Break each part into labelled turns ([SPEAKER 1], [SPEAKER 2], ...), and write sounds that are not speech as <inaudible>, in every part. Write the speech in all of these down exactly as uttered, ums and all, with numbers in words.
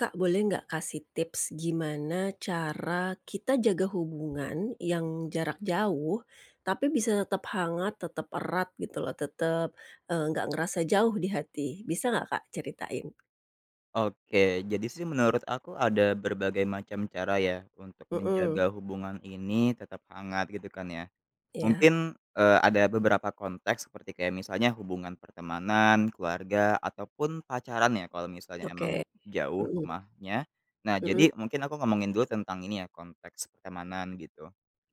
[SPEAKER 1] Kak, boleh nggak kasih tips gimana cara kita jaga hubungan yang jarak jauh, tapi bisa tetap hangat, tetap erat gitu loh, tetap, eee, nggak ngerasa jauh di hati. Bisa nggak, Kak, ceritain?
[SPEAKER 2] Oke, jadi sih menurut aku ada berbagai macam cara ya untuk
[SPEAKER 1] Mhm,
[SPEAKER 2] menjaga hubungan ini tetap hangat gitu kan ya.
[SPEAKER 1] ya,
[SPEAKER 2] Mungkin, eee, ada beberapa konteks seperti kayak misalnya hubungan pertemanan, keluarga, ataupun pacaran ya kalau misalnya emang
[SPEAKER 1] oke.
[SPEAKER 2] jauh
[SPEAKER 1] Mhm
[SPEAKER 2] rumahnya. Nah,
[SPEAKER 1] mhm,
[SPEAKER 2] jadi mungkin aku ngomongin dulu tentang ini ya konteks pertemanan gitu.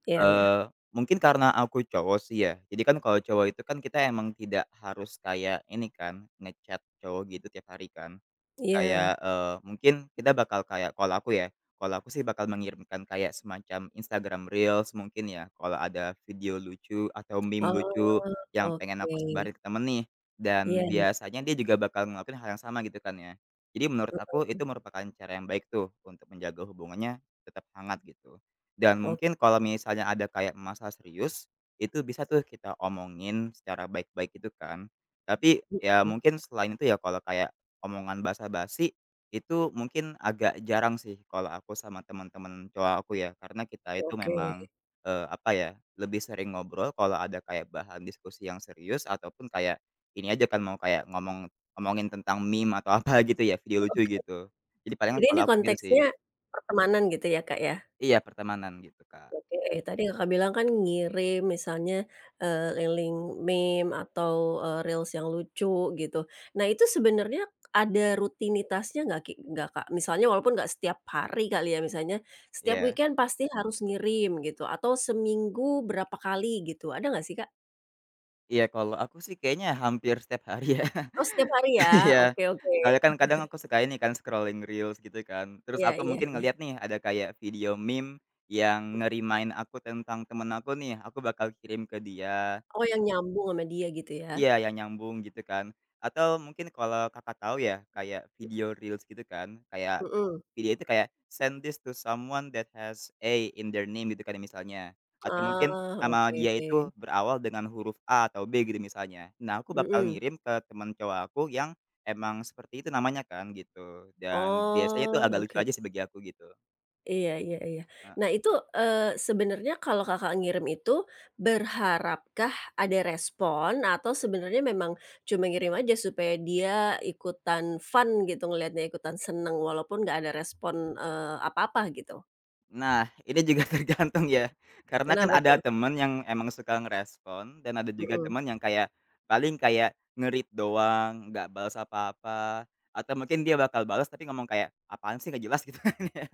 [SPEAKER 1] ya, ya,
[SPEAKER 2] Eee, Mungkin karena aku cowok sih ya, jadi kan kalau cowok itu kan kita emang tidak harus kayak ini kan, nge cowok gitu tiap hari kan.
[SPEAKER 1] iya.
[SPEAKER 2] Kayak, eee, mungkin kita bakal kayak kalau aku ya, kalau aku sih bakal mengirimkan kayak semacam Instagram Reels mungkin ya, kalau ada video lucu atau meme lucu
[SPEAKER 1] Oh,
[SPEAKER 2] yang pengen
[SPEAKER 1] oke.
[SPEAKER 2] aku sebarin ke temen nih,
[SPEAKER 1] Ya,
[SPEAKER 2] dan
[SPEAKER 1] itu
[SPEAKER 2] biasanya dia juga bakal ngelakuin hal yang sama gitu kan ya. Jadi menurut aku itu merupakan cara yang baik tuh untuk menjaga hubungannya tetap hangat gitu. Dan
[SPEAKER 1] ok.
[SPEAKER 2] mungkin kalau misalnya ada kayak masalah serius, itu bisa tuh kita omongin secara baik-baik gitu kan. Tapi ya
[SPEAKER 1] Mhm,
[SPEAKER 2] mungkin selain itu ya kalau kayak omongan basa-basi, itu mungkin agak jarang sih kalau aku sama teman-teman cowok aku ya, karena kita itu
[SPEAKER 1] oke
[SPEAKER 2] memang, eee, apa ya, lebih sering ngobrol kalau ada kayak bahan diskusi yang serius ataupun kayak ini aja kan mau kayak ngomong ngomongin tentang meme atau <laughs> apa gitu ya, video lucu
[SPEAKER 1] oke.
[SPEAKER 2] gitu. Jadi palingan
[SPEAKER 1] Jadi ini
[SPEAKER 2] kalau aku gitu sih.
[SPEAKER 1] konteksnya pertemanan gitu ya, Kak, ya?
[SPEAKER 2] Iya pertemanan gitu, Kak.
[SPEAKER 1] Oke, tadi Kakak bilang kan ngirim misalnya, eee, link meme atau, eee, reels yang lucu gitu. Nah itu sebenarnya ada rutinitasnya nggak Ki nggak Kak? Misalnya walaupun nggak setiap hari kali ya, misalnya setiap
[SPEAKER 2] Iya.
[SPEAKER 1] weekend pasti harus ngirim gitu atau seminggu berapa kali gitu, ada nggak sih Kak?
[SPEAKER 2] Iya kalau aku sih kayaknya hampir setiap hari ya.
[SPEAKER 1] Oh setiap hari ya?
[SPEAKER 2] Iya,
[SPEAKER 1] Oke oke.
[SPEAKER 2] soalnya kan kadang aku suka ini kan scrolling reels gitu kan, terus
[SPEAKER 1] Iya
[SPEAKER 2] aku
[SPEAKER 1] iya
[SPEAKER 2] mungkin
[SPEAKER 1] iya.
[SPEAKER 2] ngelihat nih ada kayak video meme yang nge-remind aku tentang temen aku nih, aku bakal kirim ke dia.
[SPEAKER 1] Oh yang nyambung sama dia gitu ya?
[SPEAKER 2] Iya, yang nyambung gitu kan. Atau mungkin kalau Kakak tahu ya, kayak video reels gitu kan, kayak
[SPEAKER 1] Mhm.
[SPEAKER 2] video itu kayak, "Send this to someone that has A in their name," gitu kan misalnya. Atau mungkin
[SPEAKER 1] Ah,
[SPEAKER 2] nama
[SPEAKER 1] oke.
[SPEAKER 2] dia itu berawal dengan huruf A atau B gitu misalnya. Nah, aku bakal
[SPEAKER 1] Mhm.
[SPEAKER 2] ngirim ke teman cowok aku yang emang seperti itu namanya kan gitu, dan biasanya itu
[SPEAKER 1] Oh,
[SPEAKER 2] agak lucu
[SPEAKER 1] oke.
[SPEAKER 2] aja sih bagi aku gitu.
[SPEAKER 1] Iya iya iya. Nah itu, eee, sebenarnya kalau Kakak ngirim itu, berharapkah ada respon atau sebenarnya memang cuma ngirim aja supaya dia ikutan fun gitu ngelihatnya, ikutan seneng walaupun nggak ada respon, eee, apa-apa gitu?
[SPEAKER 2] Nah, ini juga <laughs> tergantung ya, karena kan
[SPEAKER 1] Kenapa
[SPEAKER 2] ada
[SPEAKER 1] tuh?
[SPEAKER 2] temen yang emang suka ngerespon dan ada juga
[SPEAKER 1] Mhm.
[SPEAKER 2] temen yang kayak, paling kayak ngerit doang, nggak balas apa-apa, atau mungkin dia bakal balas tapi ngomong kayak, "Apaan sih nggak jelas," gitu. <laughs>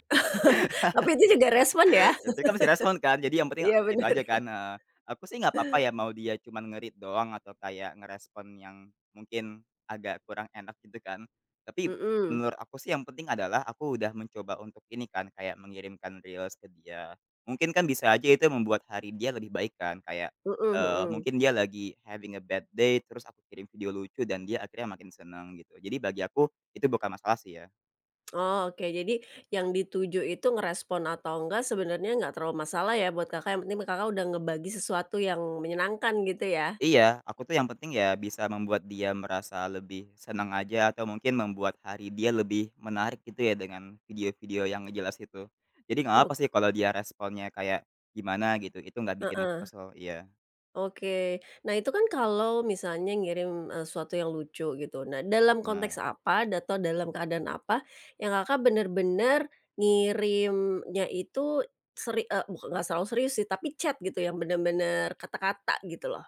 [SPEAKER 1] Tapi itu juga respon ya?
[SPEAKER 2] Ya, tapi kan masih respon kan, jadi yang penting
[SPEAKER 1] Iya
[SPEAKER 2] itu
[SPEAKER 1] bener.
[SPEAKER 2] aja kan, heeh. Aku sih nggak apa-apa ya mau dia cuman nge-read doang atau kayak ngerespon yang mungkin agak kurang enak gitu kan. Tapi
[SPEAKER 1] Mhm.
[SPEAKER 2] menurut aku sih yang penting adalah aku udah mencoba untuk ini kan, kayak mengirimkan reels ke dia. Mungkin kan bisa aja itu membuat hari dia lebih baik kan, kayak,
[SPEAKER 1] Mhm
[SPEAKER 2] eee,
[SPEAKER 1] mhm.
[SPEAKER 2] mungkin dia lagi having a bad day, terus aku kirim video lucu dan dia akhirnya makin seneng gitu. Jadi bagi aku itu bukan masalah sih ya.
[SPEAKER 1] Oh oke, jadi yang dituju itu ngerespon atau enggak sebenarnya nggak terlalu masalah ya buat Kakak, yang penting Kakak udah ngebagi sesuatu yang menyenangkan gitu ya?
[SPEAKER 2] Iya, aku tuh yang penting ya bisa membuat dia merasa lebih senang aja atau mungkin membuat hari dia lebih menarik gitu ya dengan video-video yang jelas itu. Jadi nggak apa sih kalau dia responnya kayak gimana gitu, itu nggak bikin aku
[SPEAKER 1] Heeh,
[SPEAKER 2] kesel, iya,
[SPEAKER 1] oke. Nah, itu kan kalau misalnya ngirim, eee, sesuatu yang lucu gitu. Nah, dalam
[SPEAKER 2] benar.
[SPEAKER 1] konteks apa da- atau dalam keadaan apa yang Kakak bener-bener ngirimnya itu seri eee, bukan nggak selalu serius sih, tapi chat gitu yang bener-bener kata-kata gitu loh?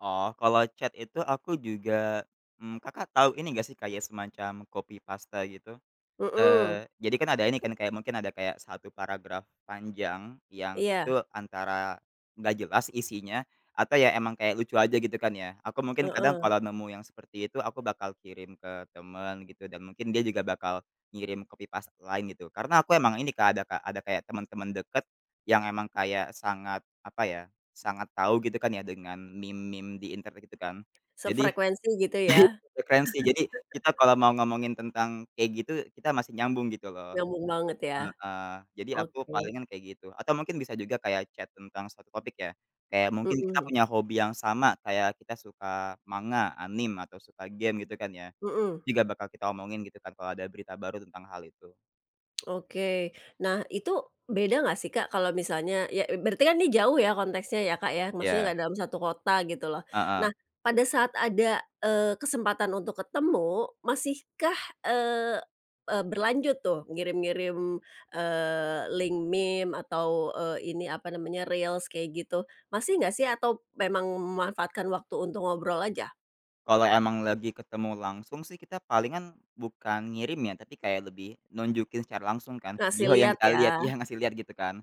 [SPEAKER 2] Oh, kalau chat itu aku juga, mmm, Kakak tahu ini nggak sih kayak semacam copy paste gitu?
[SPEAKER 1] Mhm,
[SPEAKER 2] Eee, jadi kan ada ini kan, kayak mungkin ada kayak satu paragraf panjang yang
[SPEAKER 1] iya,
[SPEAKER 2] itu antara nggak jelas isinya atau ya emang kayak lucu aja gitu kan ya. Aku mungkin kadang
[SPEAKER 1] heeh.
[SPEAKER 2] kalau nemu yang seperti itu aku bakal kirim ke temen gitu dan mungkin dia juga bakal ngirim copy paste lain gitu. Karena aku emang ini Kak, ada ka ada kayak teman-teman deket yang emang kayak sangat, apa ya, sangat tahu gitu kan ya dengan meme-meme di internet gitu kan. Jadi
[SPEAKER 1] Sefrekuensi gitu ya?
[SPEAKER 2] <laughs> frekuensi, jadi kita kalau mau ngomongin tentang kayak gitu, kita masih nyambung gitu loh.
[SPEAKER 1] Nyambung banget ya?
[SPEAKER 2] Heeh, jadi aku
[SPEAKER 1] Oke.
[SPEAKER 2] palingan kayak gitu, atau mungkin bisa juga kayak chat tentang suatu topik ya, kayak mungkin kita
[SPEAKER 1] Mhm,
[SPEAKER 2] punya hobi yang sama, kayak kita suka manga, anime, atau suka game gitu kan ya,
[SPEAKER 1] mhm.
[SPEAKER 2] juga bakal kita omongin gitu kan kalau ada berita baru tentang hal itu.
[SPEAKER 1] Oke. Nah, itu beda nggak sih, Kak, kalau misalnya ya berarti kan ini jauh ya konteksnya ya, Kak, ya? Maksudnya
[SPEAKER 2] Ya.
[SPEAKER 1] nggak dalam satu kota gitu loh.
[SPEAKER 2] Heeh.
[SPEAKER 1] Nah, pada saat ada, eee, kesempatan untuk ketemu, masihkah, eee eee, berlanjut tuh ngirim-ngirim, eee, link meme atau, eee, ini apa namanya, reels kayak gitu? Masih nggak sih atau memang memanfaatkan waktu untuk ngobrol aja?
[SPEAKER 2] Kalau emang lagi ketemu langsung sih kita palingan bukan ngirim ya, tapi kayak lebih nunjukin secara langsung kan,
[SPEAKER 1] Ngasih
[SPEAKER 2] video yang
[SPEAKER 1] lihat
[SPEAKER 2] kita
[SPEAKER 1] ya?
[SPEAKER 2] lihat iya ngasih lihat gitu kan.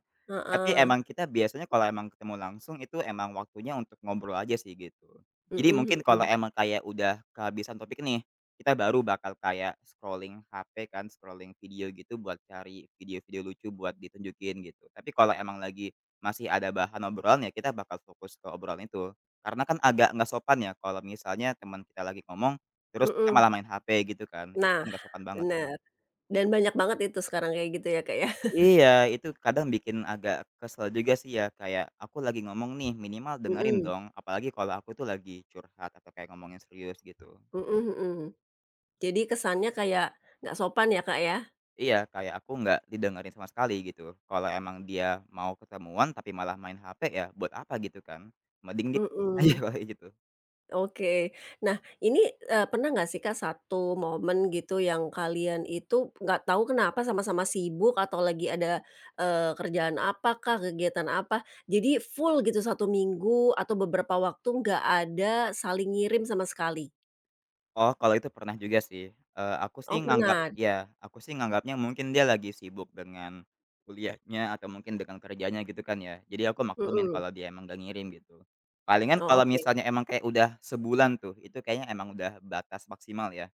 [SPEAKER 2] Tapi
[SPEAKER 1] Heeh.
[SPEAKER 2] emang kita biasanya kalau emang ketemu langsung itu emang waktunya untuk ngobrol aja sih gitu. Jadi
[SPEAKER 1] Mhm
[SPEAKER 2] mungkin kalau
[SPEAKER 1] mhm.
[SPEAKER 2] emang kayak udah kehabisan topik nih, kita baru bakal kayak scrolling H P kan, scrolling video gitu buat cari video-video lucu buat ditunjukin gitu. Tapi kalau emang lagi masih ada bahan obrolan ya kita bakal fokus ke obrolan itu. Karena kan agak nggak sopan ya kalau misalnya teman kita lagi ngomong, terus kita
[SPEAKER 1] Mhm.
[SPEAKER 2] malah main H P gitu kan, itu
[SPEAKER 1] Nah,
[SPEAKER 2] kan nggak sopan banget.
[SPEAKER 1] bener. Dan banyak banget itu sekarang kayak gitu ya, Kak, ya?
[SPEAKER 2] Iya, itu kadang bikin agak kesel juga sih ya, kayak aku lagi ngomong nih minimal dengerin
[SPEAKER 1] Mhm,
[SPEAKER 2] dong, apalagi kalau aku tuh lagi curhat atau kayak ngomongin serius gitu.
[SPEAKER 1] mhm mhm. Jadi kesannya kayak nggak sopan ya, Kak, ya?
[SPEAKER 2] Iya, kayak aku nggak didengerin sama sekali gitu. Kalau emang dia mau ketemuan tapi malah main H P ya buat apa gitu kan, mending dia <laughs> aja
[SPEAKER 1] Mhm,
[SPEAKER 2] kalau kayak gitu.
[SPEAKER 1] oke. Nah ini, eee, pernah nggak sih, Kak, satu momen gitu yang kalian itu nggak tahu kenapa sama-sama sibuk atau lagi ada, eee, kerjaan apa kah, kegiatan apa, jadi full gitu satu minggu atau beberapa waktu nggak ada saling ngirim sama sekali?
[SPEAKER 2] Oh, kalau itu pernah juga sih, eee, aku sih
[SPEAKER 1] Oh
[SPEAKER 2] nganggap
[SPEAKER 1] pernah?
[SPEAKER 2] iya, aku sih nganggapnya mungkin dia lagi sibuk dengan kuliahnya atau mungkin dengan kerjanya gitu kan ya, jadi aku maklumin
[SPEAKER 1] Mhm.
[SPEAKER 2] kalau dia emang nggak ngirim gitu. Palingan
[SPEAKER 1] Oh
[SPEAKER 2] kalau
[SPEAKER 1] oke.
[SPEAKER 2] misalnya emang kayak udah sebulan tuh, itu kayaknya emang udah batas maksimal ya,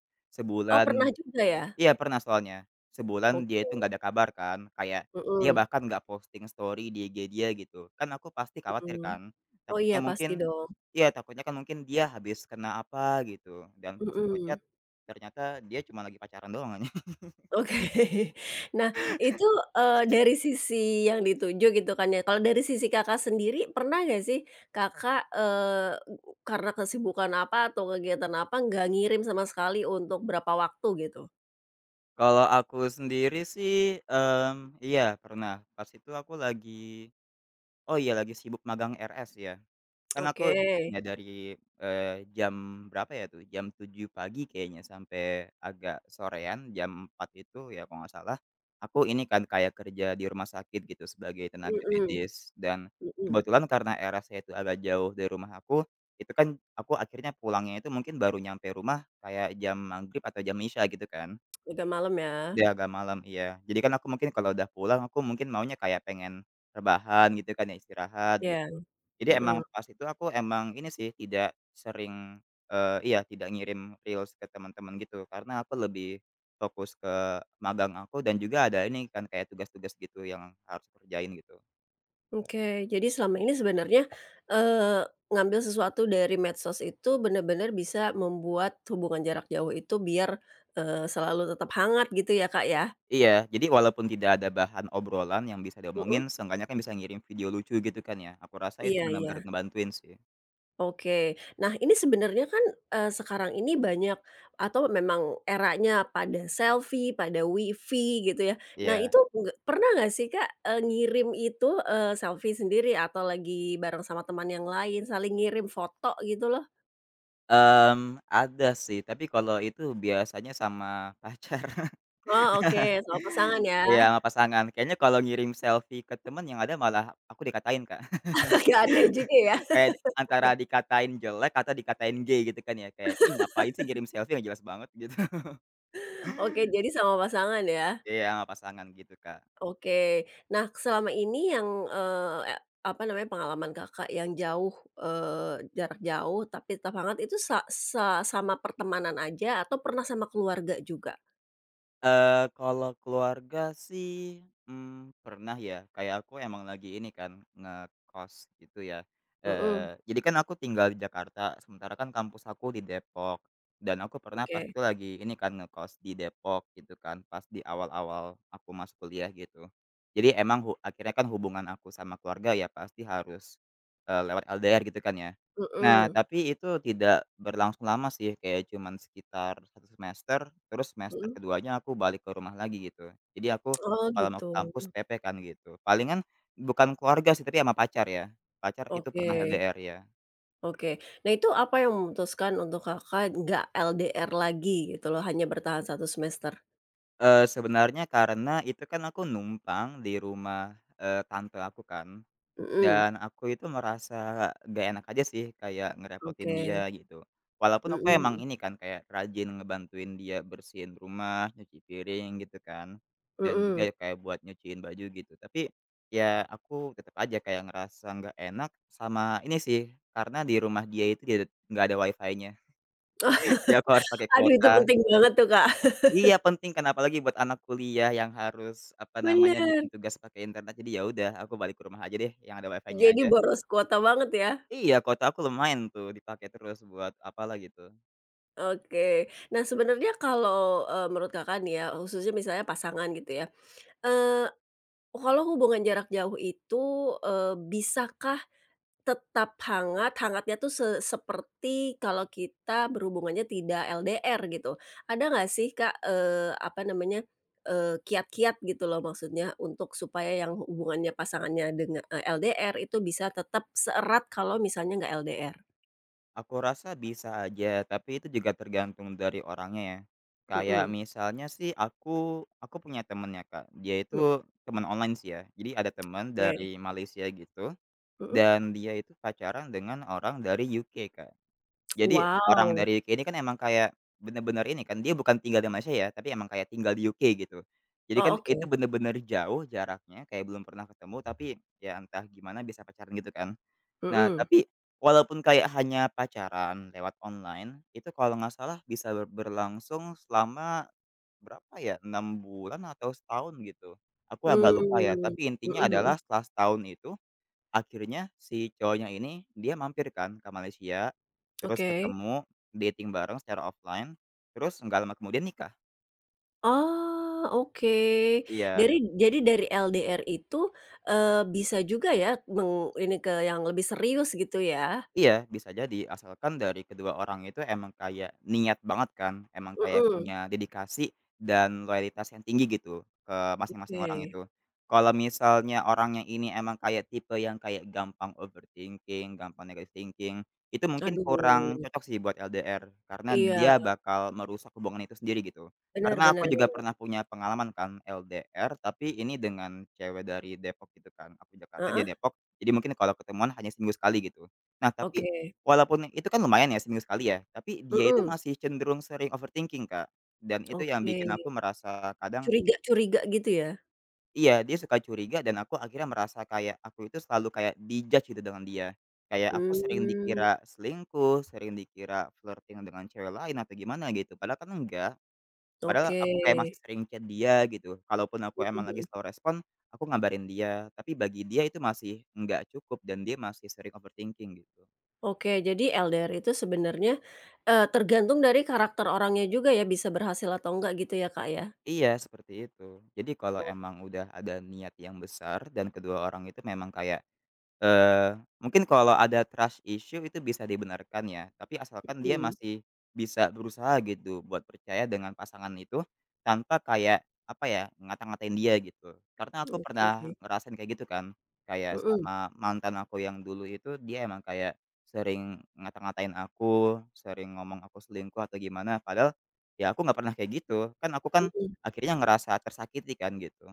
[SPEAKER 1] Oh
[SPEAKER 2] sebulan
[SPEAKER 1] pernah juga ya?
[SPEAKER 2] iya pernah soalnya, sebulan
[SPEAKER 1] Oke.
[SPEAKER 2] dia itu nggak ada kabar kan, kayak dia
[SPEAKER 1] Mhm,
[SPEAKER 2] bahkan nggak posting story di I G dia gitu, kan aku pasti khawatir
[SPEAKER 1] mhm.
[SPEAKER 2] kan,
[SPEAKER 1] Oh iya
[SPEAKER 2] takutnya mungkin.
[SPEAKER 1] pasti dong,
[SPEAKER 2] Iya, takutnya kan mungkin dia habis kena apa gitu dan pas gue chat
[SPEAKER 1] mhm,
[SPEAKER 2] ternyata dia cuma lagi pacaran doang <laughs> anjing.
[SPEAKER 1] oke. <laughs> Nah itu, eee, dari sisi yang dituju gitu kan ya, kalau dari sisi Kakak sendiri pernah nggak sih Kakak, eee, karena kesibukan apa atau kegiatan apa nggak ngirim sama sekali untuk berapa waktu gitu?
[SPEAKER 2] Kalau aku sendiri sih, mmm, iya pernah, pas itu aku lagi oh iya lagi sibuk magang R S ya. Kan aku
[SPEAKER 1] Oke,
[SPEAKER 2] ya dari, eee, jam berapa ya tuh, jam tujuh pagi kayaknya sampai agak sorean, jam empat itu ya kalau nggak salah, aku ini kan kayak kerja di rumah sakit gitu sebagai tenaga
[SPEAKER 1] mhm
[SPEAKER 2] medis dan
[SPEAKER 1] mhm,
[SPEAKER 2] kebetulan karena era saya itu agak jauh dari rumah aku, itu kan aku akhirnya pulangnya itu mungkin baru nyampe rumah kayak jam maghrib atau jam isya gitu kan.
[SPEAKER 1] agak malam ya?
[SPEAKER 2] Di agak malam, iya. Jadi kan aku mungkin kalau udah pulang, aku mungkin maunya kayak pengen rebahan gitu kan ya, istirahat
[SPEAKER 1] Iya,
[SPEAKER 2] gitu. Jadi emang
[SPEAKER 1] mhm.
[SPEAKER 2] pas itu aku emang ini sih, tidak sering, eee, iya tidak ngirim reels ke teman-teman gitu, karena aku lebih fokus ke magang aku dan juga ada ini kan kayak tugas-tugas gitu yang harus kerjain gitu.
[SPEAKER 1] Oke, jadi selama ini sebenarnya, eee, ngambil sesuatu dari medsos itu benar-benar bisa membuat hubungan jarak jauh itu biar, eee, selalu tetap hangat gitu ya, Kak, ya?
[SPEAKER 2] Iya, jadi walaupun tidak ada bahan obrolan yang bisa
[SPEAKER 1] Mhm,
[SPEAKER 2] diomongin, seenggaknya kan bisa ngirim video lucu gitu kan ya, aku rasa itu
[SPEAKER 1] iya iya,
[SPEAKER 2] benar-benar ngebantuin sih.
[SPEAKER 1] oke. Nah, ini sebenarnya kan, eee, sekarang ini banyak atau memang eranya pada selfie, pada wifi gitu ya. Nah,
[SPEAKER 2] Iya.
[SPEAKER 1] itu nggak pernah nggak sih, Kak, eee, ngirim itu, eee, selfie sendiri atau lagi bareng sama teman yang lain, saling ngirim foto gitu loh?
[SPEAKER 2] Mmm, ada sih, tapi kalau itu biasanya sama <laughs> pacar,
[SPEAKER 1] Oh, oke, sama pasangan ya.
[SPEAKER 2] iya sama pasangan. Kayaknya kalau ngirim selfie ke temen yang ada malah aku dikatain, Kak.
[SPEAKER 1] <laughs> Agak aneh juga ya.
[SPEAKER 2] <laughs> Kayak antara dikatain jelek atau dikatain gay gitu kan ya, kayak, "Ih ngapain sih ngirim selfie, nggak jelas banget," <laughs> gitu.
[SPEAKER 1] Oke, jadi sama pasangan ya.
[SPEAKER 2] Iya, sama pasangan gitu, Kak.
[SPEAKER 1] Oke. Nah, selama ini yang, eee, e apa namanya, pengalaman Kakak yang jauh, eee, jarak jauh tapi tetap hangat itu sa sa sama pertemanan aja atau pernah sama keluarga juga?
[SPEAKER 2] Eee, kalau keluarga sih, mmm, pernah ya, kayak aku emang lagi ini kan, ngekos gitu ya,
[SPEAKER 1] Mhm,
[SPEAKER 2] eee, jadi kan aku tinggal di Jakarta, sementara kan kampus aku di Depok, dan aku pernah pas
[SPEAKER 1] oke.
[SPEAKER 2] itu lagi ini kan, ngekos di Depok gitu kan, pas di awal-awal aku masuk kuliah gitu. Jadi emang hu akhirnya kan hubungan aku sama keluarga ya pasti harus, eee, lewat L D R gitu kan ya. Nah,
[SPEAKER 1] Mhm,
[SPEAKER 2] tapi itu tidak berlangsung lama sih, kayak cuman sekitar satu semester, terus semester
[SPEAKER 1] mhm.
[SPEAKER 2] keduanya aku balik ke rumah lagi gitu. Jadi aku
[SPEAKER 1] Oh,
[SPEAKER 2] kalau mau
[SPEAKER 1] gitu.
[SPEAKER 2] ke kampus P P kan gitu. Palingan bukan keluarga sih, tapi sama pacar ya, pacar itu
[SPEAKER 1] Oke,
[SPEAKER 2] pernah L D R ya.
[SPEAKER 1] oke. Nah, itu apa yang memutuskan untuk Kakak nggak L D R lagi gitu loh, hanya bertahan satu semester?
[SPEAKER 2] Eee, sebenarnya karena itu kan aku numpang di rumah, eee, tante aku kan.
[SPEAKER 1] Mhm,
[SPEAKER 2] Dan aku itu merasa gak enak aja sih kayak ngerepotin
[SPEAKER 1] oke.
[SPEAKER 2] dia gitu. Walaupun aku emang
[SPEAKER 1] Mhm
[SPEAKER 2] ini kan kayak rajin ngebantuin dia bersihin rumah, nyuci piring gitu kan,
[SPEAKER 1] mhm
[SPEAKER 2] dan juga
[SPEAKER 1] mhm.
[SPEAKER 2] ya kayak buat nyuciin baju gitu. Tapi ya aku tetap aja kayak ngerasa nggak enak sama ini sih, karena di rumah dia itu dia nggak ada wifi nya. <laughs> Jadi aku harus pakai
[SPEAKER 1] Aduh itu
[SPEAKER 2] kuota.
[SPEAKER 1] penting banget tuh, Kak.
[SPEAKER 2] Iya penting kan apalagi buat anak kuliah yang harus apa namanya
[SPEAKER 1] Bener,
[SPEAKER 2] bikin tugas pakai internet. Jadi ya udah aku balik ke rumah aja deh yang ada wifi nya
[SPEAKER 1] jadi
[SPEAKER 2] aja.
[SPEAKER 1] boros kuota banget ya.
[SPEAKER 2] Iya, kota aku lumayan tuh dipakai terus buat apalah gitu.
[SPEAKER 1] Oke. Nah sebenarnya kalau, eee, menurut Kakak nih ya, khususnya misalnya pasangan gitu ya, eee, kalau hubungan jarak jauh itu, eee, bisakah tetap hangat, hangatnya tuh se seperti kalau kita berhubungannya tidak L D R gitu. Ada nggak sih Kak, eee, apa namanya, eee, kiat-kiat gitu loh maksudnya untuk supaya yang hubungannya pasangannya dengan eee, L D R itu bisa tetap seerat kalau misalnya nggak L D R?
[SPEAKER 2] Aku rasa bisa aja, tapi itu juga tergantung dari orangnya ya. Kayak
[SPEAKER 1] Mhm,
[SPEAKER 2] misalnya sih aku aku punya temennya Kak, dia itu
[SPEAKER 1] mmm,
[SPEAKER 2] teman online sih ya. Jadi ada teman
[SPEAKER 1] oke,
[SPEAKER 2] dari Malaysia gitu
[SPEAKER 1] mhm.
[SPEAKER 2] dan dia itu pacaran dengan orang dari U K, Kak. Jadi orang
[SPEAKER 1] Wow,
[SPEAKER 2] dari U K ini kan emang kayak bener-bener ini kan, dia bukan tinggal di Malaysia ya, tapi emang kayak tinggal di U K gitu. Jadi
[SPEAKER 1] oh
[SPEAKER 2] kan
[SPEAKER 1] oke,
[SPEAKER 2] itu bener-bener jauh jaraknya, kayak belum pernah ketemu, tapi ya entah gimana bisa pacaran gitu kan. Nah,
[SPEAKER 1] mhm,
[SPEAKER 2] tapi walaupun kayak hanya pacaran lewat online, itu kalau nggak salah bisa ber berlangsung selama berapa ya, enam bulan atau setahun gitu. Aku agak lupa ya,
[SPEAKER 1] mmm,
[SPEAKER 2] tapi intinya
[SPEAKER 1] mhm mhm,
[SPEAKER 2] adalah setelah setahun itu akhirnya si cowoknya ini dia mampir kan ke Malaysia, terus
[SPEAKER 1] oke.
[SPEAKER 2] ketemu, dating bareng secara offline, terus nggak lama kemudian nikah.
[SPEAKER 1] Oh, oke.
[SPEAKER 2] Iya.
[SPEAKER 1] Dari jadi dari L D R itu, eee, bisa juga ya meng ini ke yang lebih serius gitu ya?
[SPEAKER 2] Iya, bisa jadi, asalkan dari kedua orang itu emang kayak niat banget kan, emang kayak
[SPEAKER 1] Mhm,
[SPEAKER 2] punya dedikasi dan loyalitas yang tinggi gitu, ke masing-masing orang
[SPEAKER 1] oke.
[SPEAKER 2] itu. Kalau misalnya orangnya ini emang kayak tipe yang kayak gampang overthinking, gampang negative thinking, itu mungkin kurang
[SPEAKER 1] Aduh,
[SPEAKER 2] cocok sih buat L D R, karena
[SPEAKER 1] iya,
[SPEAKER 2] dia bakal merusak hubungan itu sendiri gitu.
[SPEAKER 1] benar
[SPEAKER 2] Karena
[SPEAKER 1] benar
[SPEAKER 2] aku juga
[SPEAKER 1] benar.
[SPEAKER 2] pernah punya pengalaman kan L D R, tapi ini dengan cewek dari Depok gitu kan, aku Jakarta, dia
[SPEAKER 1] Heeh,
[SPEAKER 2] Depok, jadi mungkin kalau ketemuan hanya seminggu sekali gitu. Nah,
[SPEAKER 1] oke.
[SPEAKER 2] tapi walaupun itu kan lumayan ya seminggu sekali ya, tapi dia itu
[SPEAKER 1] Mhm,
[SPEAKER 2] masih cenderung sering overthinking, Kak. Dan itu yang
[SPEAKER 1] oke.
[SPEAKER 2] bikin aku merasa kadang
[SPEAKER 1] Curiga-curiga gitu ya?
[SPEAKER 2] iya, dia suka curiga dan aku akhirnya merasa kayak aku itu selalu kayak di-judge gitu dengan dia. Kayak aku sering
[SPEAKER 1] Mmm,
[SPEAKER 2] dikira selingkuh, sering dikira flirting dengan cewek lain atau gimana gitu, padahal kan enggak. Padahal
[SPEAKER 1] oke.
[SPEAKER 2] aku kayak masih sering chat dia gitu, kalaupun aku
[SPEAKER 1] Mhm
[SPEAKER 2] emang lagi
[SPEAKER 1] mhm.
[SPEAKER 2] slow respon, aku ngabarin dia, tapi bagi dia itu masih enggak cukup dan dia masih sering overthinking gitu.
[SPEAKER 1] Oke, jadi L D R itu sebenarnya, eee, tergantung dari karakter orangnya juga ya bisa berhasil atau enggak gitu ya, Kak, ya?
[SPEAKER 2] Iya, seperti itu. Jadi kalau
[SPEAKER 1] Oh,
[SPEAKER 2] emang udah ada niat yang besar dan kedua orang itu memang kayak Eee, mungkin kalau ada trust issue itu bisa dibenarkan ya, tapi asalkan dia
[SPEAKER 1] mhm,
[SPEAKER 2] masih bisa berusaha gitu buat percaya dengan pasangan itu, tanpa kayak, apa ya, ngata-ngatain dia gitu. Karena aku pernah
[SPEAKER 1] oke.
[SPEAKER 2] ngerasain kayak gitu kan, kayak
[SPEAKER 1] Mhm.
[SPEAKER 2] sama mantan aku yang dulu itu dia emang kayak sering ngata-ngatain aku, sering ngomong aku selingkuh atau gimana, padahal ya aku nggak pernah kayak gitu. Kan aku kan
[SPEAKER 1] Mhm,
[SPEAKER 2] akhirnya ngerasa tersakiti kan gitu.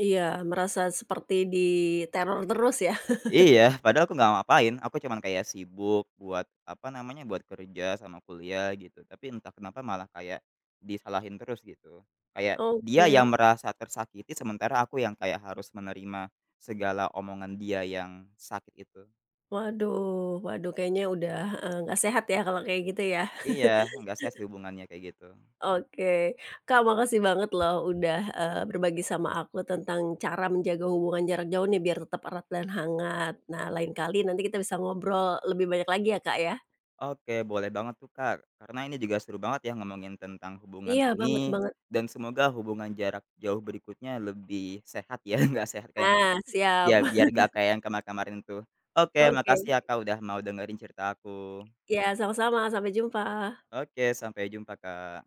[SPEAKER 1] iya, merasa seperti diteror terus ya?
[SPEAKER 2] Iya, padahal aku nggak ngapain, aku cuman kayak sibuk buat, apa namanya, buat kerja sama kuliah gitu, tapi entah kenapa malah kayak disalahin terus gitu. Kayak dia
[SPEAKER 1] Oke.
[SPEAKER 2] yang merasa tersakiti, sementara aku yang kayak harus menerima segala omongan dia yang sakit itu.
[SPEAKER 1] Waduh waduh kayaknya udah, eee, nggak sehat ya kalau kayak gitu ya?
[SPEAKER 2] Iya, nggak sehat sih hubungannya kayak gitu.
[SPEAKER 1] Oke. Kak, makasih banget loh udah, eee, berbagi sama aku tentang cara menjaga hubungan jarak jauh nih biar tetap erat dan hangat. Nah, lain kali nanti kita bisa ngobrol lebih banyak lagi ya, Kak, ya?
[SPEAKER 2] Oke, boleh banget tuh, Kak, karena ini juga seru banget ya ngomongin tentang hubungan
[SPEAKER 1] Iya, banget
[SPEAKER 2] ini,
[SPEAKER 1] banget.
[SPEAKER 2] dan semoga hubungan jarak jauh berikutnya lebih sehat ya, <laughs> nggak sehat kayak yang
[SPEAKER 1] Nah, siap.
[SPEAKER 2] iya, biar
[SPEAKER 1] <laughs>
[SPEAKER 2] nggak kayak yang kamar kemarin tuh. Oke,
[SPEAKER 1] Oke.
[SPEAKER 2] makasih ya Kak, udah mau dengerin cerita aku.
[SPEAKER 1] Iya, sama-sama, sampai jumpa.
[SPEAKER 2] Oke, sampai jumpa Kak.